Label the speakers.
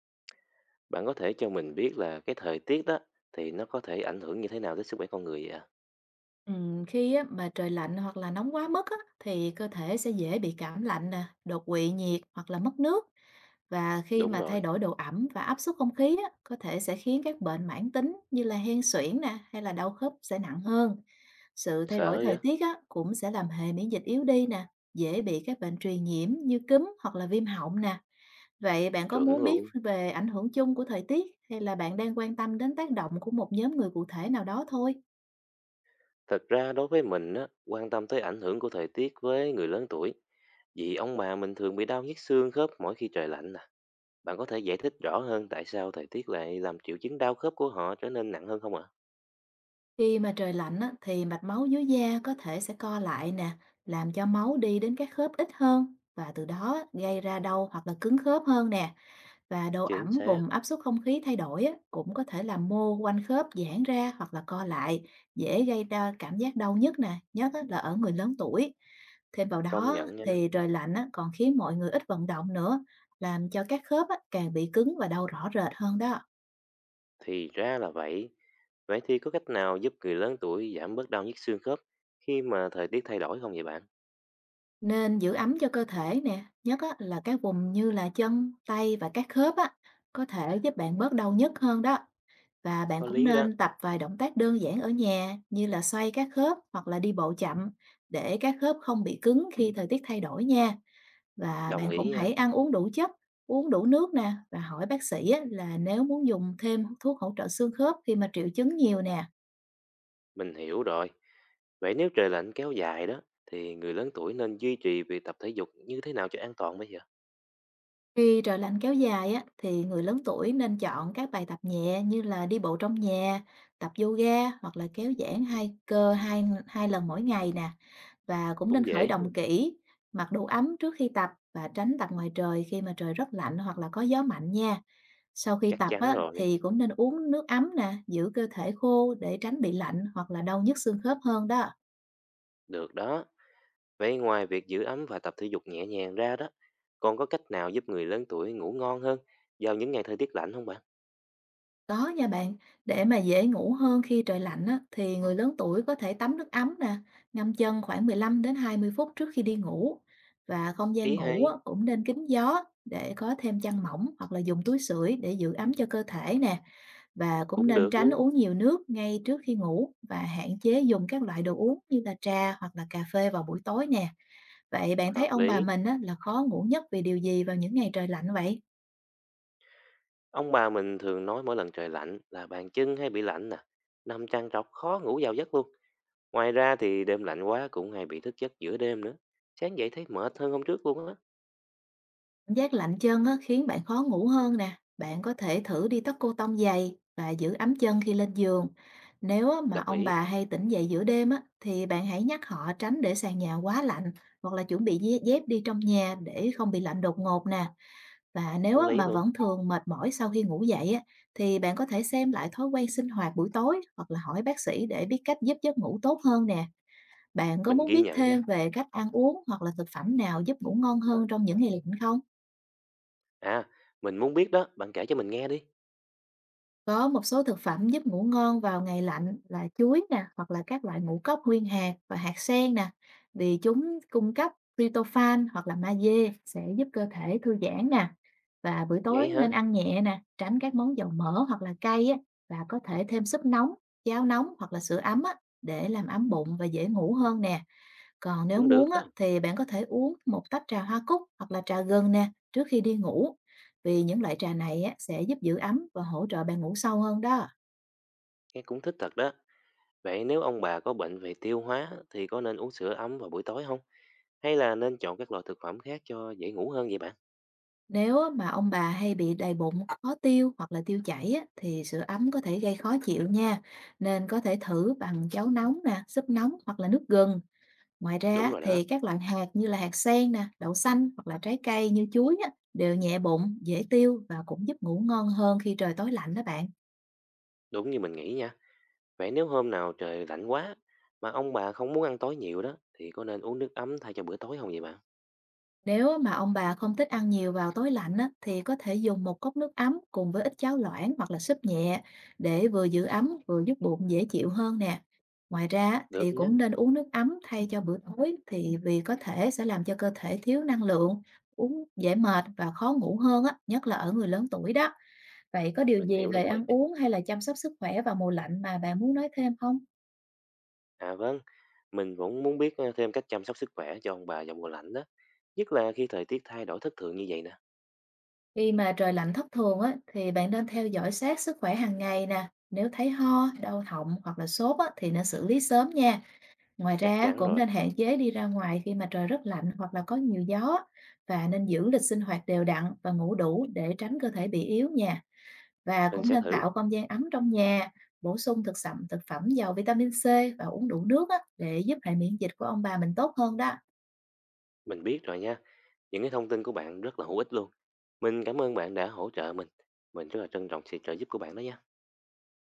Speaker 1: Bạn có thể cho mình biết là cái thời tiết đó thì nó có thể ảnh hưởng như thế nào tới sức khỏe con người vậy ạ?
Speaker 2: Khi á, mà trời lạnh hoặc là nóng quá mức á, thì cơ thể sẽ dễ bị cảm lạnh nè, đột quỵ nhiệt hoặc là mất nước. Và khi
Speaker 1: Đúng
Speaker 2: mà thay
Speaker 1: rồi,
Speaker 2: đổi độ ẩm và áp suất không khí á, có thể sẽ khiến các bệnh mãn tính như là hen suyễn nè hay là đau khớp sẽ nặng hơn. Sự thay đổi
Speaker 1: sợ
Speaker 2: thời
Speaker 1: vậy?
Speaker 2: tiết á, cũng sẽ làm hệ miễn dịch yếu đi nè, dễ bị các bệnh truyền nhiễm như cúm hoặc là viêm họng nè. Vậy bạn có
Speaker 1: Chuẩn
Speaker 2: muốn biết
Speaker 1: luôn.
Speaker 2: về ảnh hưởng chung của thời tiết hay là bạn đang quan tâm đến tác động của một nhóm người cụ thể nào đó thôi?
Speaker 1: Thật ra đối với mình á, quan tâm tới ảnh hưởng của thời tiết với người lớn tuổi. Vì ông bà mình thường bị đau nhức xương khớp mỗi khi trời lạnh à. Bạn có thể giải thích rõ hơn tại sao thời tiết lại làm triệu chứng đau khớp của họ trở nên nặng hơn không ạ?
Speaker 2: Khi mà trời lạnh á, thì mạch máu dưới da có thể sẽ co lại nè, làm cho máu đi đến các khớp ít hơn và từ đó gây ra đau hoặc là cứng khớp hơn nè. Và độ
Speaker 1: Chính
Speaker 2: ẩm
Speaker 1: xác,
Speaker 2: cùng áp suất không khí thay đổi á, cũng có thể làm mô quanh khớp giãn ra hoặc là co lại, dễ gây ra cảm giác đau nhức nè, nhất á, là ở người lớn tuổi. Thêm vào
Speaker 1: công
Speaker 2: đó
Speaker 1: nhận nha.
Speaker 2: thì trời lạnh á, còn khiến mọi người ít vận động nữa, làm cho các khớp á, càng bị cứng và đau rõ rệt hơn đó.
Speaker 1: Thì ra là vậy. Vậy thì có cách nào giúp người lớn tuổi giảm bớt đau nhức xương khớp khi mà thời tiết thay đổi không vậy bạn?
Speaker 2: Nên giữ ấm cho cơ thể nè, nhất á, là các vùng như là chân, tay và các khớp á, có thể giúp bạn bớt đau nhức hơn đó. Và bạn
Speaker 1: Có
Speaker 2: cũng
Speaker 1: lý đó.
Speaker 2: nên tập vài động tác đơn giản ở nhà như là xoay các khớp hoặc là đi bộ chậm để các khớp không bị cứng khi thời tiết thay đổi nha. Và
Speaker 1: Đồng
Speaker 2: bạn cũng
Speaker 1: ý nha,
Speaker 2: hãy ăn uống đủ chất, uống đủ nước nè và hỏi bác sĩ á, là nếu muốn dùng thêm thuốc hỗ trợ xương khớp khi mà triệu chứng nhiều nè.
Speaker 1: mình hiểu rồi. Vậy nếu trời lạnh kéo dài đó, thì người lớn tuổi nên duy trì việc tập thể dục như thế nào cho an toàn bây giờ?
Speaker 2: Khi trời lạnh kéo dài á, thì người lớn tuổi nên chọn các bài tập nhẹ như là đi bộ trong nhà, tập yoga hoặc là kéo giãn cơ hai, hai lần mỗi ngày nè và cũng
Speaker 1: Cũng
Speaker 2: nên khởi
Speaker 1: dễ,
Speaker 2: động kỹ, mặc đủ ấm trước khi tập và tránh tập ngoài trời khi mà trời rất lạnh hoặc là có gió mạnh nha. Sau khi
Speaker 1: chắc
Speaker 2: tập
Speaker 1: chắn
Speaker 2: á,
Speaker 1: rồi.
Speaker 2: thì cũng nên uống nước ấm nè, giữ cơ thể khô để tránh bị lạnh hoặc là đau nhức xương khớp hơn đó.
Speaker 1: Được đó. Vậy ngoài việc giữ ấm và tập thể dục nhẹ nhàng ra đó, còn có cách nào giúp người lớn tuổi ngủ ngon hơn vào những ngày thời tiết lạnh không bạn?
Speaker 2: Có nha bạn, để mà dễ ngủ hơn khi trời lạnh á, thì người lớn tuổi có thể tắm nước ấm nè, ngâm chân khoảng 15 đến 20 phút trước khi đi ngủ. Và không
Speaker 1: Ý
Speaker 2: gian ngủ
Speaker 1: hay,
Speaker 2: á, cũng nên kín gió để có thêm chăn mỏng hoặc là dùng túi sưởi để giữ ấm cho cơ thể nè. Và cũng
Speaker 1: cũng
Speaker 2: nên
Speaker 1: được
Speaker 2: tránh
Speaker 1: luôn.
Speaker 2: uống nhiều nước ngay trước khi ngủ và hạn chế dùng các loại đồ uống như là trà hoặc là cà phê vào buổi tối nè. Vậy bạn thấy
Speaker 1: Hợp
Speaker 2: ông bà
Speaker 1: lý.
Speaker 2: mình á, là khó ngủ nhất vì điều gì vào những ngày trời lạnh vậy?
Speaker 1: Ông bà mình thường nói mỗi lần trời lạnh là bàn chân hay bị lạnh nè, nằm trằn trọc khó ngủ vào giấc luôn. Ngoài ra thì đêm lạnh quá cũng hay bị thức giấc giữa đêm nữa. Sáng dậy thấy mệt hơn hôm trước luôn á.
Speaker 2: Cảm giác lạnh chân á, khiến bạn khó ngủ hơn nè. Bạn có thể thử đi tất cô tông dày và giữ ấm chân khi lên giường. Nếu á, mà
Speaker 1: Đồng
Speaker 2: ông
Speaker 1: ý,
Speaker 2: bà hay tỉnh dậy giữa đêm á, thì bạn hãy nhắc họ tránh để sàn nhà quá lạnh hoặc là chuẩn bị dép đi trong nhà để không bị lạnh đột ngột nè. Và nếu
Speaker 1: có
Speaker 2: á,
Speaker 1: lý
Speaker 2: mà
Speaker 1: luôn.
Speaker 2: vẫn thường mệt mỏi sau khi ngủ dậy á, thì bạn có thể xem lại thói quen sinh hoạt buổi tối hoặc là hỏi bác sĩ để biết cách giúp giấc ngủ tốt hơn nè. Bạn có
Speaker 1: Mình
Speaker 2: muốn
Speaker 1: ghi
Speaker 2: biết
Speaker 1: nhận
Speaker 2: thêm
Speaker 1: nha.
Speaker 2: về cách ăn uống hoặc là thực phẩm nào giúp ngủ ngon hơn trong những ngày lạnh không?
Speaker 1: À, mình muốn biết đó, bạn kể cho mình nghe đi.
Speaker 2: Có một số thực phẩm giúp ngủ ngon vào ngày lạnh là chuối nè, hoặc là các loại ngũ cốc nguyên hạt và hạt sen nè, vì chúng cung cấp tryptophan hoặc là magie sẽ giúp cơ thể thư giãn nè. Và buổi tối
Speaker 1: Vậy hả?
Speaker 2: nên ăn nhẹ nè, tránh các món dầu mỡ hoặc là cay á, và có thể thêm súp nóng, cháo nóng hoặc là sữa ấm á, để làm ấm bụng và dễ ngủ hơn nè. Còn nếu
Speaker 1: Cũng được
Speaker 2: muốn á,
Speaker 1: đó,
Speaker 2: thì bạn có thể uống một tách trà hoa cúc hoặc là trà gừng nè trước khi đi ngủ. Vì những loại trà này á, sẽ giúp giữ ấm và hỗ trợ bạn ngủ sâu hơn đó.
Speaker 1: nghe cũng thích thật đó. Vậy nếu ông bà có bệnh về tiêu hóa thì có nên uống sữa ấm vào buổi tối không? Hay là nên chọn các loại thực phẩm khác cho dễ ngủ hơn vậy bạn?
Speaker 2: Nếu á, mà ông bà hay bị đầy bụng, khó tiêu hoặc là tiêu chảy á, thì sữa ấm có thể gây khó chịu nha. Nên có thể thử bằng cháo nóng nè, súp nóng hoặc là nước gừng. Ngoài ra
Speaker 1: Đúng
Speaker 2: á,
Speaker 1: rồi đó,
Speaker 2: thì các loại hạt như là hạt sen nè, đậu xanh hoặc là trái cây như chuối á, đều nhẹ bụng, dễ tiêu và cũng giúp ngủ ngon hơn khi trời tối lạnh đó bạn.
Speaker 1: đúng như mình nghĩ nha. Vậy nếu hôm nào trời lạnh quá mà ông bà không muốn ăn tối nhiều đó thì có nên uống nước ấm thay cho bữa tối không vậy bạn?
Speaker 2: Nếu mà ông bà không thích ăn nhiều vào tối lạnh á, thì có thể dùng một cốc nước ấm cùng với ít cháo loãng hoặc là súp nhẹ để vừa giữ ấm vừa giúp bụng dễ chịu hơn nè. Ngoài ra á, thì
Speaker 1: Được nhá,
Speaker 2: cũng nên uống nước ấm thay cho bữa tối thì vì có thể sẽ làm cho cơ thể thiếu năng lượng, uống dễ mệt và khó ngủ hơn á, nhất là ở người lớn tuổi đó. Vậy có điều
Speaker 1: mình
Speaker 2: gì
Speaker 1: hiểu
Speaker 2: về
Speaker 1: rồi.
Speaker 2: ăn uống hay là chăm sóc sức khỏe vào mùa lạnh mà bạn muốn nói thêm không?
Speaker 1: À vâng, mình cũng muốn biết thêm cách chăm sóc sức khỏe cho ông bà vào mùa lạnh đó. Nhất là khi thời tiết thay đổi thất thường như vậy nè.
Speaker 2: Khi mà trời lạnh thất thường á, thì bạn nên theo dõi sát sức khỏe hàng ngày nè. Nếu thấy ho, đau họng hoặc là sốt á, thì nên xử lý sớm nha. Ngoài
Speaker 1: Chắc
Speaker 2: ra á,
Speaker 1: chắn
Speaker 2: cũng
Speaker 1: rồi,
Speaker 2: nên hạn chế đi ra ngoài khi mà trời rất lạnh hoặc là có nhiều gió và nên giữ lịch sinh hoạt đều đặn và ngủ đủ để tránh cơ thể bị yếu nha. Và
Speaker 1: mình
Speaker 2: cũng
Speaker 1: sẽ
Speaker 2: nên
Speaker 1: thử.
Speaker 2: tạo không gian ấm trong nhà, bổ sung thực phẩm giàu vitamin C và uống đủ nước á, để giúp hệ miễn dịch của ông bà mình tốt hơn đó.
Speaker 1: Mình biết rồi nha. Những cái thông tin của bạn rất là hữu ích luôn. Mình cảm ơn bạn đã hỗ trợ mình. Mình rất là trân trọng sự trợ giúp của bạn đó nha.